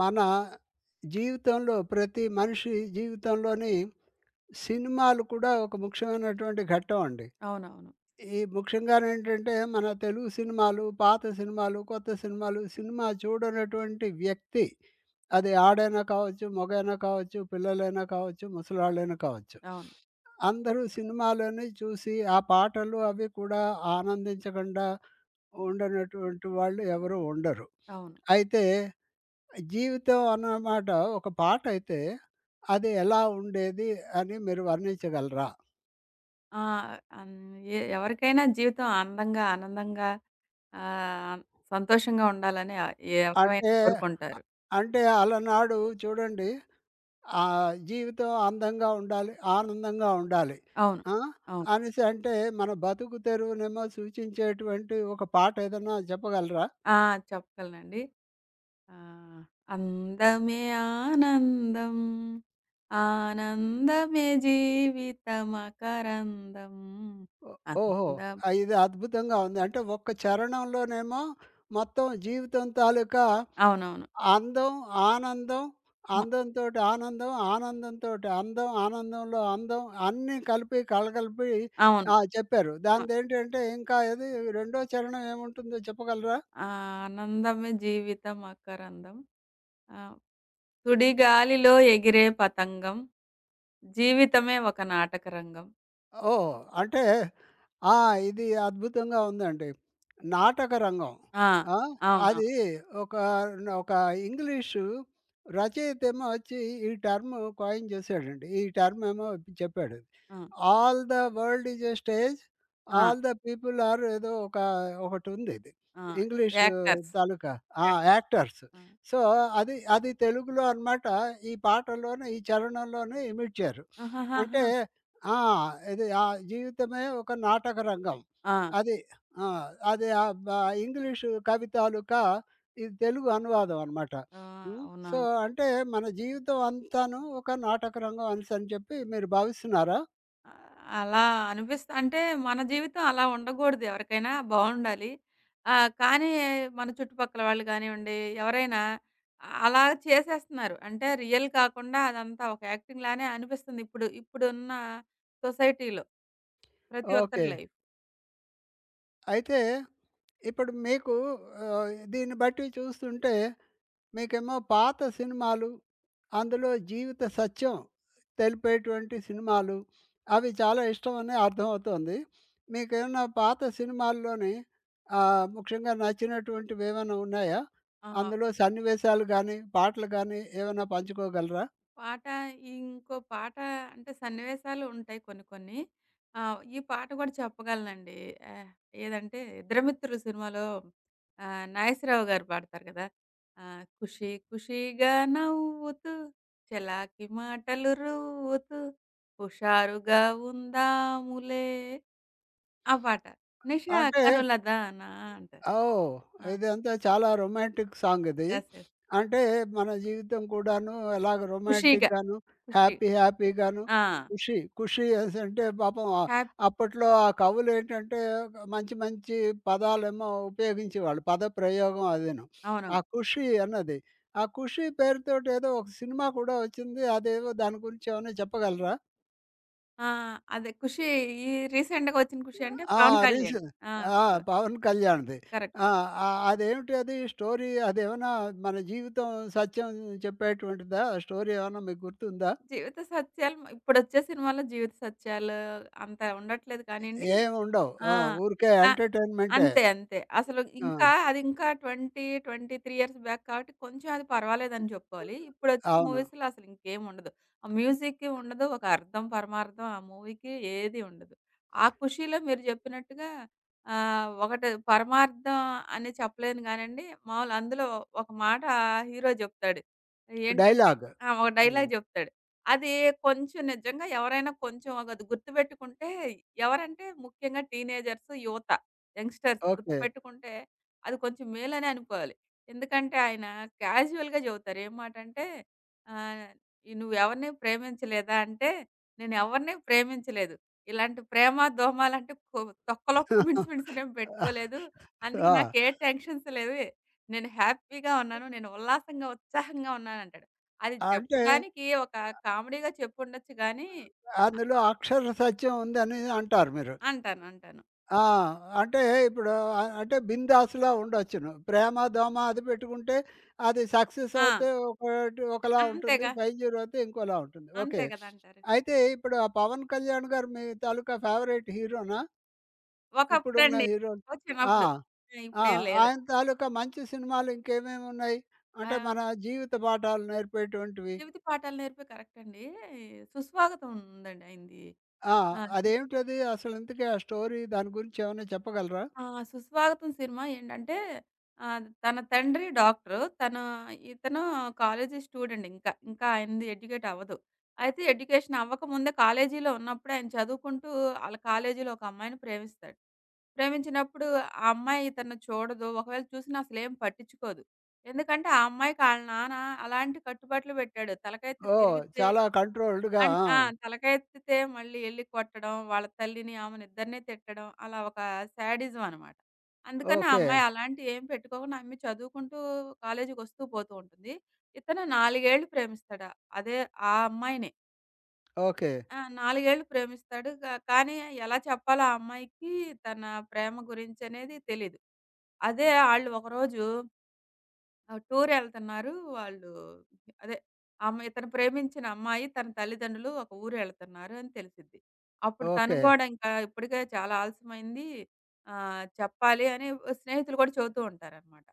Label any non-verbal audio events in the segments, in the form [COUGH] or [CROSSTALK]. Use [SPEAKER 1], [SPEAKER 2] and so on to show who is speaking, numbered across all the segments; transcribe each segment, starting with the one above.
[SPEAKER 1] మన జీవితంలో ప్రతి మనిషి జీవితంలోని సినిమాలు కూడా ఒక ముఖ్యమైనటువంటి ఘట్టం అండి.
[SPEAKER 2] అవునవును.
[SPEAKER 1] ఈ ముఖ్యంగా ఏంటంటే మన తెలుగు సినిమాలు, పాత సినిమాలు, కొత్త సినిమాలు, సినిమా చూడనటువంటి వ్యక్తి అది ఆడైనా కావచ్చు, మగైనా కావచ్చు, పిల్లలైనా కావచ్చు, ముసలాళ్ళైనా కావచ్చు.
[SPEAKER 2] అవును.
[SPEAKER 1] అందరూ సినిమాలని చూసి ఆ పాటలు అవి కూడా ఆనందించకుండా ఉండనటువంటి వాళ్ళు ఎవరు ఉండరు.
[SPEAKER 2] అవును.
[SPEAKER 1] అయితే జీవితం అన్నమాట ఒక పాట అయితే అది ఎలా ఉండేది అని మీరు వర్ణించగలరా?
[SPEAKER 2] ఆ! అన్ ఎ ఎవరికైనా జీవితం అందంగా, ఆనందంగా, ఆహ్, సంతోషంగా ఉండాలని
[SPEAKER 1] అంటే
[SPEAKER 2] ఎవరైనా
[SPEAKER 1] అ
[SPEAKER 2] కోరుకుంటారు.
[SPEAKER 1] అంటే అలనాడు చూడండి. జీవితం అందంగా ఉండాలి, ఆనందంగా ఉండాలి.
[SPEAKER 2] అవును.
[SPEAKER 1] ఆ!
[SPEAKER 2] అవును.
[SPEAKER 1] అనేసి అంటే మన బతుకు తెరువునేమో సూచించేటువంటి ఒక పాట ఏదైనా చెప్పగలరా?
[SPEAKER 2] ఆ! చెప్పగలనండి. ఆహ్, అందమే ఆనందం. ఆనందమే జీవితమకరందం.
[SPEAKER 1] ఓ, ఓహో!
[SPEAKER 2] అందం.
[SPEAKER 1] ఇది అద్భుతంగా ఉంది. అంటే ఒక్క చరణంలోనేమో మొత్తం జీవితం తాలూకా
[SPEAKER 2] అవునవును.
[SPEAKER 1] అందం, ఆనందం,
[SPEAKER 2] మ
[SPEAKER 1] అందంతోటి ఆనందం, ఆనందంతోటి అందం, ఆనందంలో అందం అన్నీ కలిపి కలగలిపి
[SPEAKER 2] అవును.
[SPEAKER 1] ఆ! చెప్పారు.
[SPEAKER 2] ఆ!
[SPEAKER 1] దానిదేంటంటే ఇంకా ఏది రెండో చరణం ఏముంటుందో చెప్పగలరా?
[SPEAKER 2] ఆనందమే జీవితమకరందం. ఆ! 'సుడి గాలిలో ఎగిరే పతంగం, జీవితమే ఒక నాటకరంగం.'
[SPEAKER 1] ఓహ్! అంటే ఆ! ఇది అద్భుతంగా ఉందండి. నాటక రంగం.
[SPEAKER 2] ఆ!
[SPEAKER 1] ఆ!
[SPEAKER 2] అవును.
[SPEAKER 1] అది ఒక ఒక ఇంగ్లీషు రచయితేమో వచ్చి ఈ టర్మ్ కాయిన్ చేశాడండి. ఈ టర్మ్ ఏమో చెప్పాడు.
[SPEAKER 2] ఆ!
[SPEAKER 1] All the world is a stage.
[SPEAKER 2] ఆ!
[SPEAKER 1] ఆల్ ద పీపుల్ ఆర్ ఏదో ఒక ఒకటుంది ఇది.
[SPEAKER 2] ఆ!
[SPEAKER 1] English
[SPEAKER 2] actors.
[SPEAKER 1] తాలూకా ఆ!
[SPEAKER 2] యాక్
[SPEAKER 1] యాక్టర్స్.
[SPEAKER 2] ఆ!
[SPEAKER 1] సో, అది అది తెలుగులో అనమాట. ఈ పాటలోనే, ఈ చరణంలోనే ఇమిడ్చారు.
[SPEAKER 2] ఆహాహాహా!
[SPEAKER 1] అంటే ఆ! ఇది ఆ జీవితమే ఒక నాటక రంగం.
[SPEAKER 2] ఆ!
[SPEAKER 1] అది. ఆ! అది ఆహ్, బ ఇంగ్లీషు కవి తాలూకా ఇది తెలుగు అనువాదం అనమాట.
[SPEAKER 2] ఆ!
[SPEAKER 1] హ్మ్.
[SPEAKER 2] అవునా?
[SPEAKER 1] సో, అంటే మన జీవితం అంతాను ఒక నాటక రంగం అనేసని చెప్పి మీరు భావిస్తున్నారా?
[SPEAKER 2] అలా అంటే మన జీవితం అలా ఉండకూడదు, ఎవరికైనా బావుండాలి. కానీ మన చుట్టుపక్కల వాళ్ళు కానివ్వండి, ఎవరైనా అలా చేసేస్తున్నారు. అంటే రియల్ కాకుండా అదంతా ఒక యాక్టింగ్ లానే అనిపిస్తుంది ఇప్పుడు. ఇప్పుడున్న సొసైటీలో ప్రతి
[SPEAKER 1] ఓకే.
[SPEAKER 2] ఒక్కరి లైఫ్.
[SPEAKER 1] అయితే ఇప్పుడు మీకు దీన్ని బట్టి చూస్తుంటే మీకేమో పాత సినిమాలు, అందులో జీవిత సత్యం తెలిపేటువంటి సినిమాలు, అవి చాలా ఇష్టమని అర్థమవుతోంది. మీకేమన్నా పాత సినిమాల్లోని ముఖ్యంగా నచ్చినటువంటివేమైనా ఉన్నాయా?
[SPEAKER 2] ఆ!
[SPEAKER 1] అందులో సన్నివేశాలు గానీ, పాటలు గానీ ఏమైనా పంచుకోగలరా?
[SPEAKER 2] పాట, ఇంకో పాట, అంటే సన్నివేశాలు ఉంటాయి కొన్ని కొన్ని. ఈ పాట కూడా చెప్పగలనండి. ఆహ్, ఏదంటే 'ఇద్దరమిత్రులు' సినిమాలో నాగేశ్వరరావు గారు పాడతారు కదా! ఖుషి ఖుషిగా నవ్వుతూ, చలాకి మాటలు రువ్వుతూ, హుషారుగా ఉందాములే ఆ పాట. 'నిషా
[SPEAKER 1] అంటే
[SPEAKER 2] కనులదానా' అంటారు.
[SPEAKER 1] ఓహ్!
[SPEAKER 2] ఆ!
[SPEAKER 1] ఇదంతా చాలా రొమాంటిక్ సాంగ్ ఇది.
[SPEAKER 2] యెస్. యెస్.
[SPEAKER 1] అంటే మన జీవితం కూడాను ఎలాగ
[SPEAKER 2] ఖుషిగా.
[SPEAKER 1] రొమాంటిక్‌గాను,
[SPEAKER 2] ఖుషి.
[SPEAKER 1] హ్యాపీ హ్యాపీగాను,
[SPEAKER 2] ఆ!
[SPEAKER 1] ఖుషి ఖుషి అనేసంటే పాపం
[SPEAKER 2] హ్యాపీ.
[SPEAKER 1] అప్పట్లో ఆ కవులేంటంటే మంచి మంచి పదాలేమో ఉపయోగించేవాళ్ళు. పద ప్రయోగం అదీను.
[SPEAKER 2] అవును.
[SPEAKER 1] ఆ ఖుషి అన్నది. ఆ ఖుషి పేరుతోటేదో ఒక సినిమా కూడా వచ్చింది. అదేదో దాని గురించి ఏమైనా చెప్పగలరా?
[SPEAKER 2] ఆ! అదే 'ఖుషి.' ఈ రీసెంట్‌గా వచ్చిన 'ఖుషి' అంటే
[SPEAKER 1] ఆ!
[SPEAKER 2] పవన్ కళ్యాణ్.
[SPEAKER 1] రీసెం
[SPEAKER 2] ఆ!
[SPEAKER 1] ఆ!
[SPEAKER 2] క
[SPEAKER 1] 'పవన్ కళ్యాణ్‌ది.'
[SPEAKER 2] కరెక్ట్.
[SPEAKER 1] ఆ! అదేమిటి అది స్టోరీ అదేమన్నా మన జీవితం సత్యం చెప్పేటువంటిదా? ఆ స్టోరీ ఏమన్నా మీకు గుర్తుందా?
[SPEAKER 2] జీవిత సత్యాలు ఇప్పుడొచ్చే సినిమాలో జీవిత సత్యాలు అంత ఉండట్లేదు కానియండి.
[SPEAKER 1] ఏముండవు.
[SPEAKER 2] ఆ!
[SPEAKER 1] ఆ! ఊరికే
[SPEAKER 2] ఆ!
[SPEAKER 1] ఎంటర్‌టైన్‌మెంటే.
[SPEAKER 2] అంతే. అంతే. అసలు
[SPEAKER 1] ఆ!
[SPEAKER 2] ఇంకా అది ఇంకా 20, 23 ఇయర్స్ బ్యాక్ కాబట్టి కొంచెం అది పర్వాలేదని జెప్పుకోవాలి. ఇప్పుడొచ్చే
[SPEAKER 1] అవును.
[SPEAKER 2] మూవీస్‌లో అసలు ఇంకేం ఉండదు. ఆ మ్యూజిక్కి ఉండదు. ఒక అర్థం, పరమార్థం ఆ మూవీకి ఏది ఉండదు. ఆ ఖుషీలో మీరు జెప్పినట్టుగా ఒకటి పరమార్థం అని చెప్పలేను గానండి. మామూలు అందులో ఒక మాట హీరో జెప్తాడు. ఏంటంటే
[SPEAKER 1] డైలాగ్.
[SPEAKER 2] ఆ! ఒక
[SPEAKER 1] హ్మ్.
[SPEAKER 2] డైలాగ్ జెప్తాడు. అది కొంచెం నిజంగా ఎవరైనా కొంచెం అది గుర్తుపెట్టుకుంటే, ఎవరంటే ముఖ్యంగా టీనేజర్స్, యువత, యంగ్‌స్టర్స్
[SPEAKER 1] ఓకే.
[SPEAKER 2] గుర్తుపెట్టుకుంటే అది కొంచెం మేలనే అనుకోవాలి. ఎందుకంటే ఆయన క్యాజువల్‌గా చెబుతారు. ఏం మాటంటే ఆహ్, "నువ్వు ఎవరిని ప్రేమించలేదా?" అంటే, "నేను ఎవరిని ప్రేమించలేదు. ఇలాంటి ప్రేమ, దోమ లాంటి తొక్కలో మిన్స్ మిన్స్
[SPEAKER 1] [LAUGHS]
[SPEAKER 2] నేను పెట్టుకోలేదు. అందుకే
[SPEAKER 1] ఆ!
[SPEAKER 2] నాకు ఏ టెన్షన్స్ లేవు. నేను హ్యాపీగా ఉన్నాను. నేను ఉల్లాసంగా, ఉత్సాహంగా ఉన్నాను" అంటాడు. అది
[SPEAKER 1] అంటే
[SPEAKER 2] చెప్పడానికి ఒక కామెడీగా చెప్పుండొచ్చు గానీ
[SPEAKER 1] అందులో అక్షర సత్యం ఉందని అంటారు మీరు.
[SPEAKER 2] అంటాను. అంటాను.
[SPEAKER 1] ఆ! అంటే ఇప్పుడు అంటే బిందాస్‌లా ఉండొచ్చును. ప్రేమ, దోమ అది పెట్టుకుంటే అది సక్సెస్
[SPEAKER 2] ఆ!
[SPEAKER 1] అవుతే ఒకటి ఒకలా ఉంటుంది.
[SPEAKER 2] అంతేగా.
[SPEAKER 1] 5-0 అయితే ఇంకోలా ఉంటుంది. ఓకే.
[SPEAKER 2] అంతే కదా! అంటారు.
[SPEAKER 1] అయితే ఇప్పుడు ఆ 'పవన్ కళ్యాణ్' గారు మీ తాలూకా ఫేవరెట్ హీరోనా? ఇప్పుడున్న
[SPEAKER 2] ఒకప్పుడండి.
[SPEAKER 1] హీరో
[SPEAKER 2] ఓ
[SPEAKER 1] ఆ!
[SPEAKER 2] చిన్నప్పుడు. ఆ!
[SPEAKER 1] ఆ!
[SPEAKER 2] ఇప్పుడేం లేదు.
[SPEAKER 1] ఆయన తాలూకా మంచి సినిమాలు ఇంకేమేమి ఉన్నాయి? అంటే
[SPEAKER 2] ఆహ్,
[SPEAKER 1] మన జీవిత పాఠాలు నేర్పేటువంటివి.
[SPEAKER 2] చెవితి పాఠాలు నేర్పే కరెక్ట్ అండి. సుస్వాగతం ఉందండి ఆయనది.
[SPEAKER 1] ఆ!
[SPEAKER 2] ఆ!
[SPEAKER 1] అదేమిటది అసలు ఇంతకీ ఆ స్టోరీ దాని గురించి ఏమైనా చెప్పగలరా?
[SPEAKER 2] ఆ! 'సుస్వాగతం' సినిమా ఏంటంటే తన తండ్రి డాక్టరు. ఇతను కాలేజీ స్టూడెంట్ ఇంకా. ఇంకా ఆయనది ఎడ్యుకేట్ అవ్వదు. అయితే ఎడ్యుకేషన్ అవ్వకముందే కాలేజీలో ఉన్నప్పుడే ఆయన చదువుకుంటూ ఆళ్ళ కాలేజీలో ఒక అమ్మాయిని ప్రేమిస్తాడు. ప్రేమించినప్పుడు ఆ అమ్మాయి తనను చూడదు. ఒకవేళ చూసినా అసలేం పట్టించుకోదు. ఎందుకంటే ఆ అమ్మాయికి ఆళ్ళ నాన్న అలాంటి కట్టుబాట్లు పెట్టాడు. తలకైతే
[SPEAKER 1] ఓహ్!
[SPEAKER 2] తిరిగితే
[SPEAKER 1] చాలా కంట్రోల్డ్‌గా. ఆ!
[SPEAKER 2] ఆ! తలకాయెత్తితే మళ్ళీ ఎళ్లి కొట్టడం, వాళ్ళ తల్లిని, ఆమెనిద్దరిని తిట్టడం, అలా ఒక శాడిజం అనమాట. అందుకని ఆ
[SPEAKER 1] ఓకే.
[SPEAKER 2] అమ్మాయి అలాంటియేమి పెట్టుకోకుండా, ఆ అమ్మాయి చదువుకుంటూ కాలేజీకొస్తూ పోతూ ఉంటుంది. ఇతను 4 ఏళ్ళు ప్రేమిస్తాడు. అదే ఆ అమ్మాయినే.
[SPEAKER 1] ఓకే.
[SPEAKER 2] ఆ! 4 ఏళ్ళు ప్రేమిస్తాడు. కానీ ఎలా చెప్పాలో ఆ అమ్మాయికి తన ప్రేమ గురించనేది తెలీదు. అదే ఆళ్ళు ఒకరోజు ఆ! టూరెళ్తన్నారు. వాళ్ళు అదే, అమ్మ ఇతను ప్రేమించిన అమ్మాయి తన తల్లిదండ్రులు ఒక ఊరెళ్తన్నారు అని తెలిసిద్ది. అప్పుడు తను
[SPEAKER 1] ఓకే.
[SPEAKER 2] గూడా ఇంకా ఇప్పటికే చాలా ఆలస్యమైంది. చెప్పాలి అని స్నేహితులు గూడా చెబుతూ ఉంటారనమాట.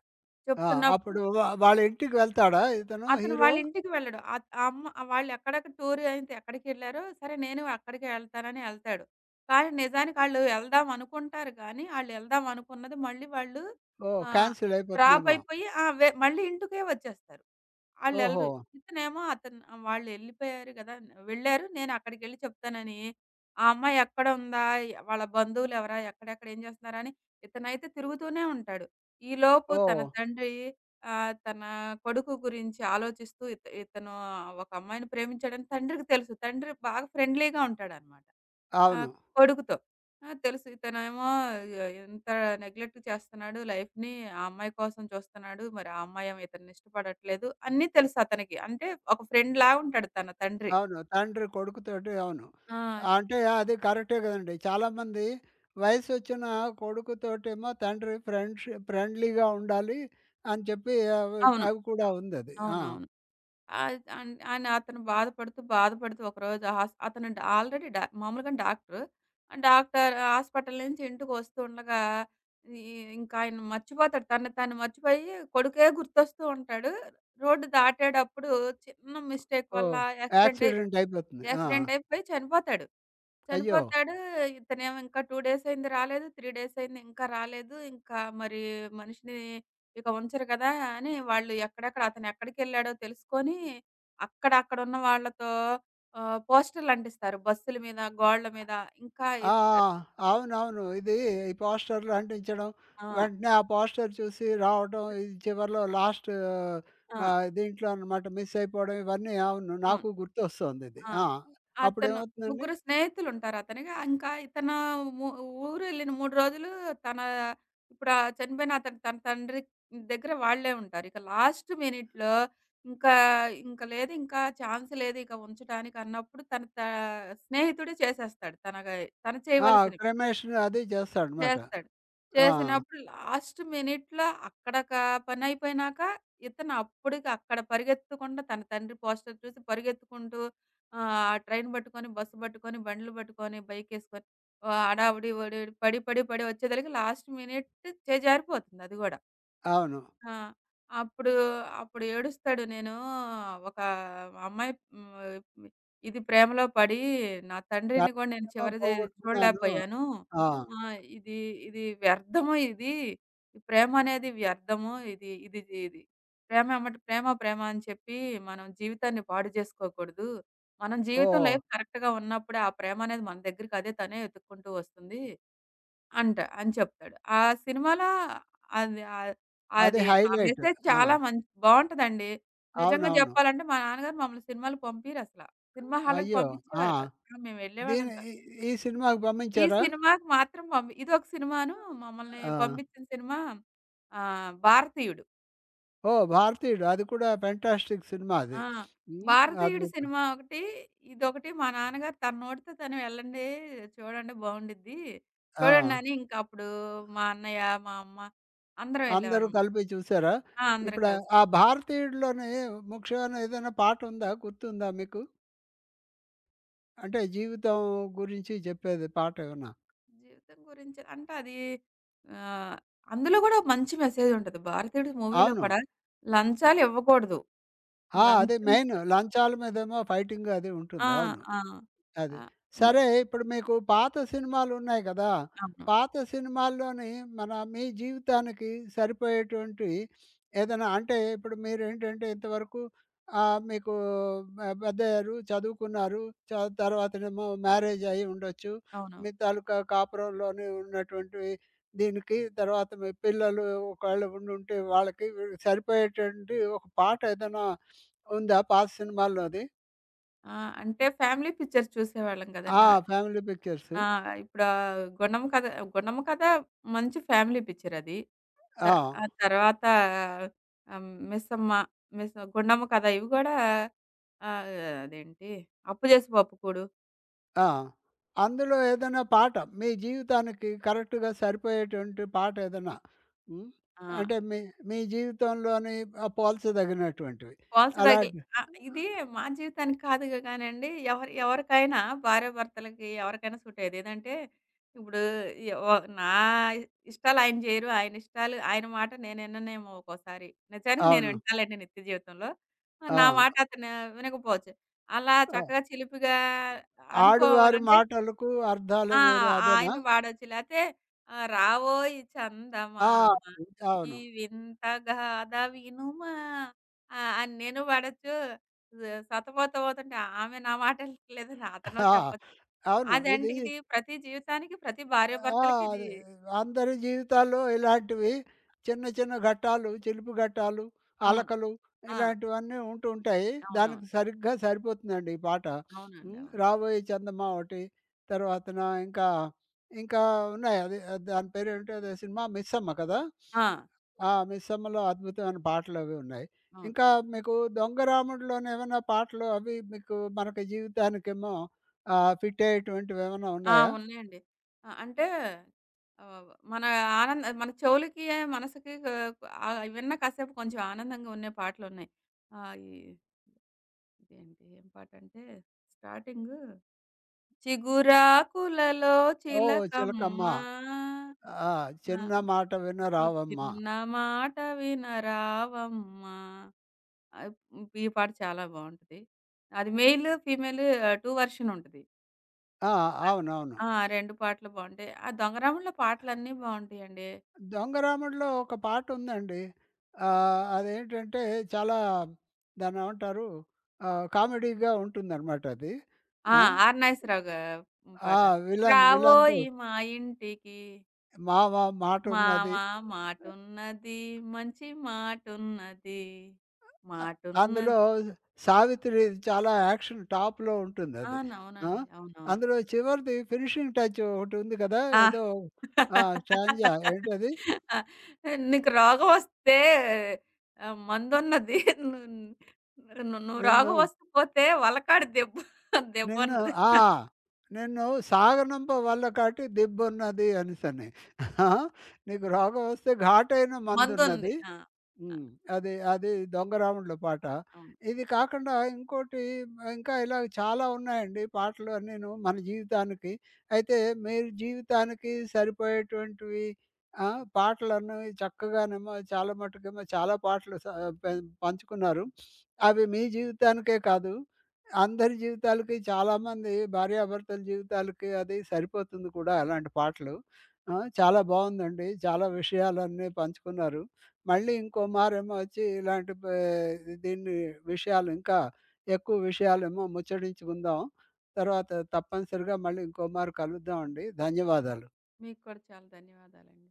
[SPEAKER 1] ఆ!
[SPEAKER 2] చెప్తున్నప్పుడు
[SPEAKER 1] అప్పుడు వాళ్ళ ఇంటికి వెళ్తాడా ఇతను
[SPEAKER 2] అతను
[SPEAKER 1] హీరో?
[SPEAKER 2] వాళ్ళింటికి వెళ్ళడు. ఆ అమ్మ వాళ్ళెక్కడెక్కడ టూర్ అయితే ఎక్కడికెళ్లారో, సరే నేను అక్కడికే ఎళ్తానని ఎళ్తాడు. కానీ నిజానికి ఆళ్ళు ఎళ్దాం అనుకుంటారు గానీ, ఆళ్ళెళ్దాం అనుకున్నది మళ్ళీ వాళ్ళు
[SPEAKER 1] ఓహ్!
[SPEAKER 2] ఆహ్,
[SPEAKER 1] కాన్సెల్
[SPEAKER 2] డ్రాప్
[SPEAKER 1] అయిపోతుందేమో.
[SPEAKER 2] అయిపోయి ఆ! మళ్ళీ ఇంటికే వచ్చేస్తారు.
[SPEAKER 1] ఓహో!
[SPEAKER 2] ఆళ్ళెళ్ళరు. ఇతనేమో అతను వాళ్ళెళ్ళిపోయారు గదా! వెళ్ళారు. నేనక్కడికెళ్ళి చెప్తానని, ఆ అమ్మాయి ఎక్కడ ఉందా? వాళ్ళ బంధువులెవరా? ఎక్కడెక్కడ ఏం చేస్తున్నారా? అని ఇతనైతే తిరుగుతూనే ఉంటాడు. ఈలోపు తన
[SPEAKER 1] ఓహ్!
[SPEAKER 2] తండ్రి తన కొడుకు గురించి ఆలోచిస్తూ ఇతను ఒక అమ్మాయిని ప్రేమించాడని తండ్రికి తెలుసు. తండ్రి బాగా ఫ్రెండ్లీగా ఉంటాడనమాట.
[SPEAKER 1] అవును.
[SPEAKER 2] ఆహ్, కొడుకుతో. ఆ! తెలుసు. ఇతనేమో ఎంత నెగ్లెక్ట్ చేస్తున్నాడు లైఫ్‌ని. ఆ అమ్మాయి కోసం చూస్తున్నాడు. మరి ఆ అమ్మాయేమో ఇతన్ని ఇష్టపడట్లేదు. అన్నీ తెలుసు అతనికి. అంటే ఒక ఫ్రెండ్‌లా ఉంటాడు తన తండ్రి.
[SPEAKER 1] అవును. తండ్రి కొడుకుతోటి అవును.
[SPEAKER 2] ఆ!
[SPEAKER 1] అంటే అది కరెక్టే కదండీ. చాలామంది వయసొచ్చిన కొడుకుతోటేమో తండ్రి ఫ్రెండ్లీగా ఉండాలి అని చెప్పి అవి
[SPEAKER 2] అవును.
[SPEAKER 1] అవి కూడా ఉందది. ఆ!
[SPEAKER 2] అవునవును. ఆద్ అన్ అని అతను బాధపడుతూ, బాధపడుతూ ఒకరోజు హాస్ అతను డ ఆల్రెడీ డా మామూలుగా డాక్టరు. డాక్టర్ హాస్పిటల్ నుంచి ఇంటికొస్తూ ఉండగా ఈ ఇంకాయన మర్చిపోతాడు. తనని తాను మర్చిపోయి కొడుకే గుర్తొస్తూ ఉంటాడు. రోడ్డు దాటేటప్పుడు చిన్న మిస్టేక్ వల్ల
[SPEAKER 1] ఓహ్!
[SPEAKER 2] యాక్సిడెంట్ అయ్యి,
[SPEAKER 1] యాక్సిడెంట్ అయిపోతుంది. ఆ!
[SPEAKER 2] యాక్సిడెంట్ అయిపోయి చనిపోతాడు.
[SPEAKER 1] అయ్యో!
[SPEAKER 2] చనిపోతాడు. ఇతనేమో ఇంకా 2 డేస్ అయింది రాలేదు. 3 డేస్ అయింది ఇంకా రాలేదు. ఇంకా మరి మనిషిని ఇక ఉంచరు కదా! అని వాళ్ళు ఎక్కడెక్కడ అతను ఎక్కడికెళ్ళాడో తెలుసుకొని, అక్కడ అక్కడున్న వాళ్ళతో పోస్టర్‌లంటిస్తారు. బస్సుల మీద, గోడల మీద ఇంకా ఇ
[SPEAKER 1] ఆ! అవునవును. ఇది ఈ పోస్టర్‌లు అంటించడం,
[SPEAKER 2] ఆ!
[SPEAKER 1] వెంటనే ఆ పోస్టర్ చూసి రావడం, ఇది చివరిలో లాస్ట్
[SPEAKER 2] ఆ!
[SPEAKER 1] దీంట్లో అనమాట మిస్ అయిపోవడం ఇవన్నీ అవును.
[SPEAKER 2] ఆ!
[SPEAKER 1] నాకు గుర్తొస్తోంది ఇది.
[SPEAKER 2] ఆ!
[SPEAKER 1] ఆ!
[SPEAKER 2] అతను
[SPEAKER 1] అప్పుడేమవుతుందండి
[SPEAKER 2] ముగ్గురు స్నేహితులుంటారు అతనికి. ఇంకా ఇతను ము ఊరెళ్ళిన 3 రోజులు తన ఇప్పుడు ఆ చనిపోయిన అతని తన తండ్రి దగ్గర వాళ్ళే ఉంటారు. ఇక లాస్ట్ మినిట్‌లో ఇంకా, ఇంక లేదు, ఇంకా ఛాన్స్ లేదు, ఇక ఉంచటానికి అన్నప్పుడు తన త స్నేహితుడే చేసేస్తాడు. తను
[SPEAKER 1] ఆ!
[SPEAKER 2] చేయవలసినవి.
[SPEAKER 1] క్రెమేషన్ అది చేస్తాడనమాట.
[SPEAKER 2] చేస్తాడు.
[SPEAKER 1] ఆ!
[SPEAKER 2] చేసినప్పుడు లాస్ట్ మినిట్‌లో అక్కడ పనయిపోయినాక, ఇతను అప్పటికి అక్కడ పరిగెత్తకుండా తన తండ్రి పోస్టర్ చూసి పరిగెత్తుకుంటూ ట్రైన్ పట్టుకొని, బస్సు పట్టుకొని, బండ్లు పట్టుకొని, బైకేసుకొని హడావిడి పడి, పడి, పడి వచ్చేదలికి లాస్ట్ మినిట్ చేజారిపోతుంది అది గూడా.
[SPEAKER 1] అవును.
[SPEAKER 2] ఆ! అప్పుడు, అప్పుడు ఏడుస్తాడు. నేను ఒక అమ్మాయి హ్మ్, ఇది ప్రేమలో పడి నా తండ్రిని కూడా నేను
[SPEAKER 1] ఏమో
[SPEAKER 2] చివరిది
[SPEAKER 1] పోగొట్టుకున్నాను.
[SPEAKER 2] చూడలేకపోయాను.
[SPEAKER 1] ఆ!
[SPEAKER 2] ఆ! ఇది, ఇది వ్యర్థము ఇది. ఈ ప్రేమ అనేది వ్యర్థము. ఇది ప్రేమ ఎమ్మట ప్రేమ, ప్రేమ అని చెప్పి మనం జీవితాన్ని పాడు చేసుకోకూడదు. మనం జీవితం
[SPEAKER 1] ఓహ్!
[SPEAKER 2] లైఫ్ కరెక్ట్‌గా ఉన్నప్పుడే ఆ ప్రేమ అనేది మన దగ్గరికి అదే తనే వెతుక్కుంటూ వస్తుంది. అంట అని చెప్తాడు ఆ సినిమాలో. అది ఆ
[SPEAKER 1] అది
[SPEAKER 2] అది. ఆ
[SPEAKER 1] హైలైట్.
[SPEAKER 2] మెసేజ్
[SPEAKER 1] ఆ!
[SPEAKER 2] చాలా మంచి బావుంటదండి. నిజంగా
[SPEAKER 1] అవునవును.
[SPEAKER 2] జెప్పాలంటే మా నాన్నగారు మమ్మల్ని సినిమాలకు పంపియరసల. సినిమా హాల్‌లకి
[SPEAKER 1] అయ్యో! ఆ!
[SPEAKER 2] పంపిచ్చేవారు కాదు. ఆ! మేము వెళ్ళేవాళ్ళం
[SPEAKER 1] దీని
[SPEAKER 2] కాదు.
[SPEAKER 1] ఈ ఈ సినిమాకి
[SPEAKER 2] ఈ
[SPEAKER 1] పంపించారా?
[SPEAKER 2] సినిమాకి మాత్రం పంపి ఇదొక సినిమాను మమ్మల్ని
[SPEAKER 1] ఆ!
[SPEAKER 2] పంపిచ్చిన సినిమా 'భారతీయుడు.'
[SPEAKER 1] ఓహ్! 'భారతీయుడు' అది కూడా ఫెంటాస్టిక్ సినిమా అది.
[SPEAKER 2] ఆ!
[SPEAKER 1] హ్మ్.
[SPEAKER 2] 'భారతీయుడు'
[SPEAKER 1] అద్భుతం.
[SPEAKER 2] సినిమా ఒకటి, ఇదొకటి మా నాన్నగారు తన నోటితో తను "ఎళ్ళండి, చూడండి బావుండిద్ది.
[SPEAKER 1] ఆ!
[SPEAKER 2] చూడండి" అని. ఇంక అప్పుడు మా అన్నయ్య, మా అమ్మ, అందరం
[SPEAKER 1] అందరూ
[SPEAKER 2] ఎళ్ళామనమాట.
[SPEAKER 1] కలిపి చూసారా?
[SPEAKER 2] ఆ! అందరం
[SPEAKER 1] ఇప్పుడు
[SPEAKER 2] కలిసి.
[SPEAKER 1] ఆ 'భారతీయుడులోని' ముఖ్యమైన ఏదైనా పాట ఉందా? గుర్తుందా మీకు? అంటే జీవితం గురించి చెప్పేది పాట ఏమన్నా?
[SPEAKER 2] జీవితం గురించి అంటే అది ఆహ్, అందులో గూడా ఒక మంచి మెసేజ్ ఉంటది. 'భారతీయుడు' మూవీలో
[SPEAKER 1] అవును.
[SPEAKER 2] కూడా లంచాలు ఇవ్వకూడదు.
[SPEAKER 1] ఆ! అదే
[SPEAKER 2] లంచం
[SPEAKER 1] మెయిన్
[SPEAKER 2] ఇస్తే
[SPEAKER 1] లంచాల మీదేమో ఫైటింగ్ అది ఉంటుంది.
[SPEAKER 2] ఆ!
[SPEAKER 1] అవును.
[SPEAKER 2] ఆ!
[SPEAKER 1] అది.
[SPEAKER 2] ఆహ్, వ
[SPEAKER 1] సరే ఇప్పుడు మీకు పాత సినిమాలున్నాయి కదా!
[SPEAKER 2] అవును.
[SPEAKER 1] పాత సినిమాల్లోని మన మీ జీవితానికి సరిపోయేటువంటి ఏదైనా అంటే ఇప్పుడు మీరేంటంటే ఇంతవరకు మీకు పెద్దయ్యారు, చదువుకున్నారు. చ తర్వాతనేమో మ్యారేజ్ అయ్యి ఉండొచ్చు.
[SPEAKER 2] అవునవును.
[SPEAKER 1] మీ తాలూకా కాపురంలోనే ఉన్నటువంటివి దీనికి తర్వాత మీ పిల్లలు ఒకవేళ ఉండుంటే వాళ్ళకి వీళ్ళకి సరిపోయేటువంటి ఒక పాట ఏదైనా ఉందా పాత సినిమాల్లోది?
[SPEAKER 2] ఆ! అంటే ఫ్యామిలీ పిక్చర్స్ చూసేవాళ్ళం
[SPEAKER 1] ఆ!
[SPEAKER 2] గదండీ!
[SPEAKER 1] Family pictures.
[SPEAKER 2] ఆ! ఇప్పుడు 'గుండమ్మ కథ,' 'గుండమ్మ కథ' మంచి ఫ్యామిలీ పిక్చర్ అది. త
[SPEAKER 1] ఆ!
[SPEAKER 2] ఆ తర్వాత ఆహ్, 'మిస్సమ్మ,' 'గుండమ్మ కథ' ఇవి గూడా ఆహ్, అదేంటి, 'అప్పు జేసి పప్పుకూడు.'
[SPEAKER 1] ఆ! అందులో ఏదైనా పాట మీ జీవితానికి కరెక్ట్‌గా సరిపోయేటువంటి పాట ఏదైనా. హ్మ్.
[SPEAKER 2] ఆ!
[SPEAKER 1] అంటే మీ మీ జీవితంలోని పోల్చదగినటువంటివి.
[SPEAKER 2] కోల్స్ తగిలి
[SPEAKER 1] అలాంటి
[SPEAKER 2] ఆ! ఇది మా జీవితానికి కాదుగా కానండి. ఎవరి ఎవరికైనా భార్యాభర్తలకి ఎవరికైనా సూట్ అయ్యేది. ఏదంటే ఇప్పుడు యవ నా ఇష్టాలు ఆయన చేయరు. ఆయన ఇష్టాలు ఆయన మాట నేను విననేమో ఒక్కోసారి. నిజానికి నేను
[SPEAKER 1] అవును.
[SPEAKER 2] వింటాలేండి నిత్య జీవితంలో.
[SPEAKER 1] ఆ!
[SPEAKER 2] నా మాట అతను వినకపోవచ్చు. అలా
[SPEAKER 1] ఆ!
[SPEAKER 2] చక్కగా చిలిపిగా
[SPEAKER 1] ఆడువారి
[SPEAKER 2] అనుకోవాలంటే
[SPEAKER 1] మాటలకు అర్థాలు
[SPEAKER 2] ఆ!
[SPEAKER 1] వేరే అదేనా?
[SPEAKER 2] ఆయన పాడొచ్చు. లేతే రావోయ్
[SPEAKER 1] ఆ!
[SPEAKER 2] చందమామ ఈ
[SPEAKER 1] అవును.
[SPEAKER 2] వింత గాథ వినుమా అని నేను పాడొచ్చు. సతమతమవుతుంటే ఆమె నా మాట లేదని అతను
[SPEAKER 1] ఆ!
[SPEAKER 2] చెప్పొచ్చు.
[SPEAKER 1] అవును. ఇది
[SPEAKER 2] అదంటే ఇది ప్రతి జీవితానికి ప్రతి
[SPEAKER 1] ఆ!
[SPEAKER 2] భార్యాభర్తలకి
[SPEAKER 1] అది
[SPEAKER 2] ఇది
[SPEAKER 1] అందరి జీవితాల్లో ఇలాంటివి చిన్న చిన్న ఘట్టాలు, చిలుపు ఘట్టాలు,
[SPEAKER 2] అవును.
[SPEAKER 1] అలకలు
[SPEAKER 2] ఆ!
[SPEAKER 1] ఇలాంటివన్నీ ఉంటూ ఉంటాయి.
[SPEAKER 2] అవునవును.
[SPEAKER 1] దానికి సరిగ్గా సరిపోతుందండి ఈ పాట.
[SPEAKER 2] అవునండి.
[SPEAKER 1] హ్మ్.
[SPEAKER 2] అవును.
[SPEAKER 1] 'రాబోయే చందమా' ఒకటి, తర్వాతన ఇంకా, ఇంకా ఉన్నాయి. అది అది దాని పేరేంటి అదే సినిమా 'మిస్సమ్మ' కదా!
[SPEAKER 2] ఆ!
[SPEAKER 1] ఆ! 'మిస్సమ్మ'లో అద్భుతమైన పాటలవి ఉన్నాయి.
[SPEAKER 2] అవును.
[SPEAKER 1] ఇంకా మీకు 'దొంగరాముడులోని' ఏమైనా పాటలు అవి మీకు మనకి జీవితానికేమో ఫిట్ అయ్యేటువంటివి ఏమైనా
[SPEAKER 2] ఆ!
[SPEAKER 1] ఉన్నాయా?
[SPEAKER 2] ఉన్నాయండి. ఆ! అంటే మన ఆనంద మన చెవులకి, మనసుకి విన్న కాసేపు కొంచెం ఆనందంగా ఉండే పాటలున్నాయి. ఆహ్, ఈ ఇదేంటి, ఏం పాటంటే స్టార్టింగు చిగురాకులలో
[SPEAKER 1] ఓహ్!
[SPEAKER 2] చిలకమ్మ
[SPEAKER 1] 'చిలకమ్మ.' ఆ!
[SPEAKER 2] నా
[SPEAKER 1] 'చిన్న మాట
[SPEAKER 2] ఓ
[SPEAKER 1] వినరావమ్మ.'
[SPEAKER 2] చిన్న మాట వినరావమ్మ. ఆహ్, ఈ పాట చాలా బావుంటది. అది మెయిల్, ఫీమేల్ 2 వెర్షన్ ఉంటది.
[SPEAKER 1] ఆ! అవునవును.
[SPEAKER 2] ఆ! 2 పాటలు బావుంటాయి. ఆ 'దొంగరాముడులో' పాటలన్నీ బావుంటాయండి.
[SPEAKER 1] 'దొంగరాముడులో' ఒక పాటుందండి. అదేంటంటే చాలా దాన్నేమంటారు కామెడీగా ఉంటుందనమాట అది.
[SPEAKER 2] ఆ!
[SPEAKER 1] ఆ!
[SPEAKER 2] ఆర్ నాగేశ్వరరావు
[SPEAKER 1] ఆ!
[SPEAKER 2] పాట.
[SPEAKER 1] విలన్‌తో
[SPEAKER 2] రావోయి మా ఇంటికి,
[SPEAKER 1] మావ
[SPEAKER 2] మావ
[SPEAKER 1] మాటున్నది.
[SPEAKER 2] మాటున్నది, మంచి మాటున్నది.
[SPEAKER 1] అ అందులో
[SPEAKER 2] మాటున్నది.
[SPEAKER 1] 'సావిత్రి' చాలా యాక్షన్ టాప్‌లో
[SPEAKER 2] ఆ!
[SPEAKER 1] ఉంటుందది. ఆ!
[SPEAKER 2] అవునండి. అవునవును.
[SPEAKER 1] అందులో చివరిది ఫినిషింగ్ టచ్ ఒకటుంది కదా!
[SPEAKER 2] ఆ!
[SPEAKER 1] ఏదో ఆ! స్టాంజా ఏంటది?
[SPEAKER 2] ఆ! నీకు రోగం వస్తే మందున్నది. ను ను నువ్వు
[SPEAKER 1] నిన్ను
[SPEAKER 2] రోగం వస్తే పోతే వలకాడు దెబ్బ,
[SPEAKER 1] నిన్ను
[SPEAKER 2] దెబ్బన్నది.
[SPEAKER 1] ఆ! నిన్ను సాగనంప వల్లకాటి దిబ్బున్నది" అనేసని. ఆ! నీకు రోగం వస్తే ఘాటైన
[SPEAKER 2] మందుంది.
[SPEAKER 1] మందున్నది.
[SPEAKER 2] ఆ! ఆ!
[SPEAKER 1] హ్మ్. అది, అది 'దొంగ రాముడులో' పాట.
[SPEAKER 2] అవును.
[SPEAKER 1] ఇది కాకుండా ఇంకోటి ఇంకా ఇలా చాలా ఉన్నాయండి పాటలు అన్నీను మన జీవితానికి. అయితే మీరు జీవితానికి సరిపోయేటువంటివి ఆ! పాటలన్నవి చక్కగానేమో చాలా మటుకేమో చాలా పాటలు స పె పంచుకున్నారు. అవి మీ జీవితానికే కాదు, అందరి జీవితాలకి చాలామంది భార్యాభర్తల జీవితాలకి అది సరిపోతుంది కూడా అలాంటి పాటలు. ఆ! చాలా బావుందండి. చాలా విషయాలన్నీ పంచుకున్నారు. మళ్ళీ ఇంకో మారేమో వచ్చి ఇలాంటి దీన్ని విషయాలు ఇంకా ఎక్కువ విషయాలేమో ముచ్చటించుకుందాం. తర్వాత తప్పనిసరిగా మళ్ళీ ఇంకోమారు కలుద్దామండి. ధన్యవాదాలు.
[SPEAKER 2] మీకు కూడా చాలా ధన్యవాదాలండి.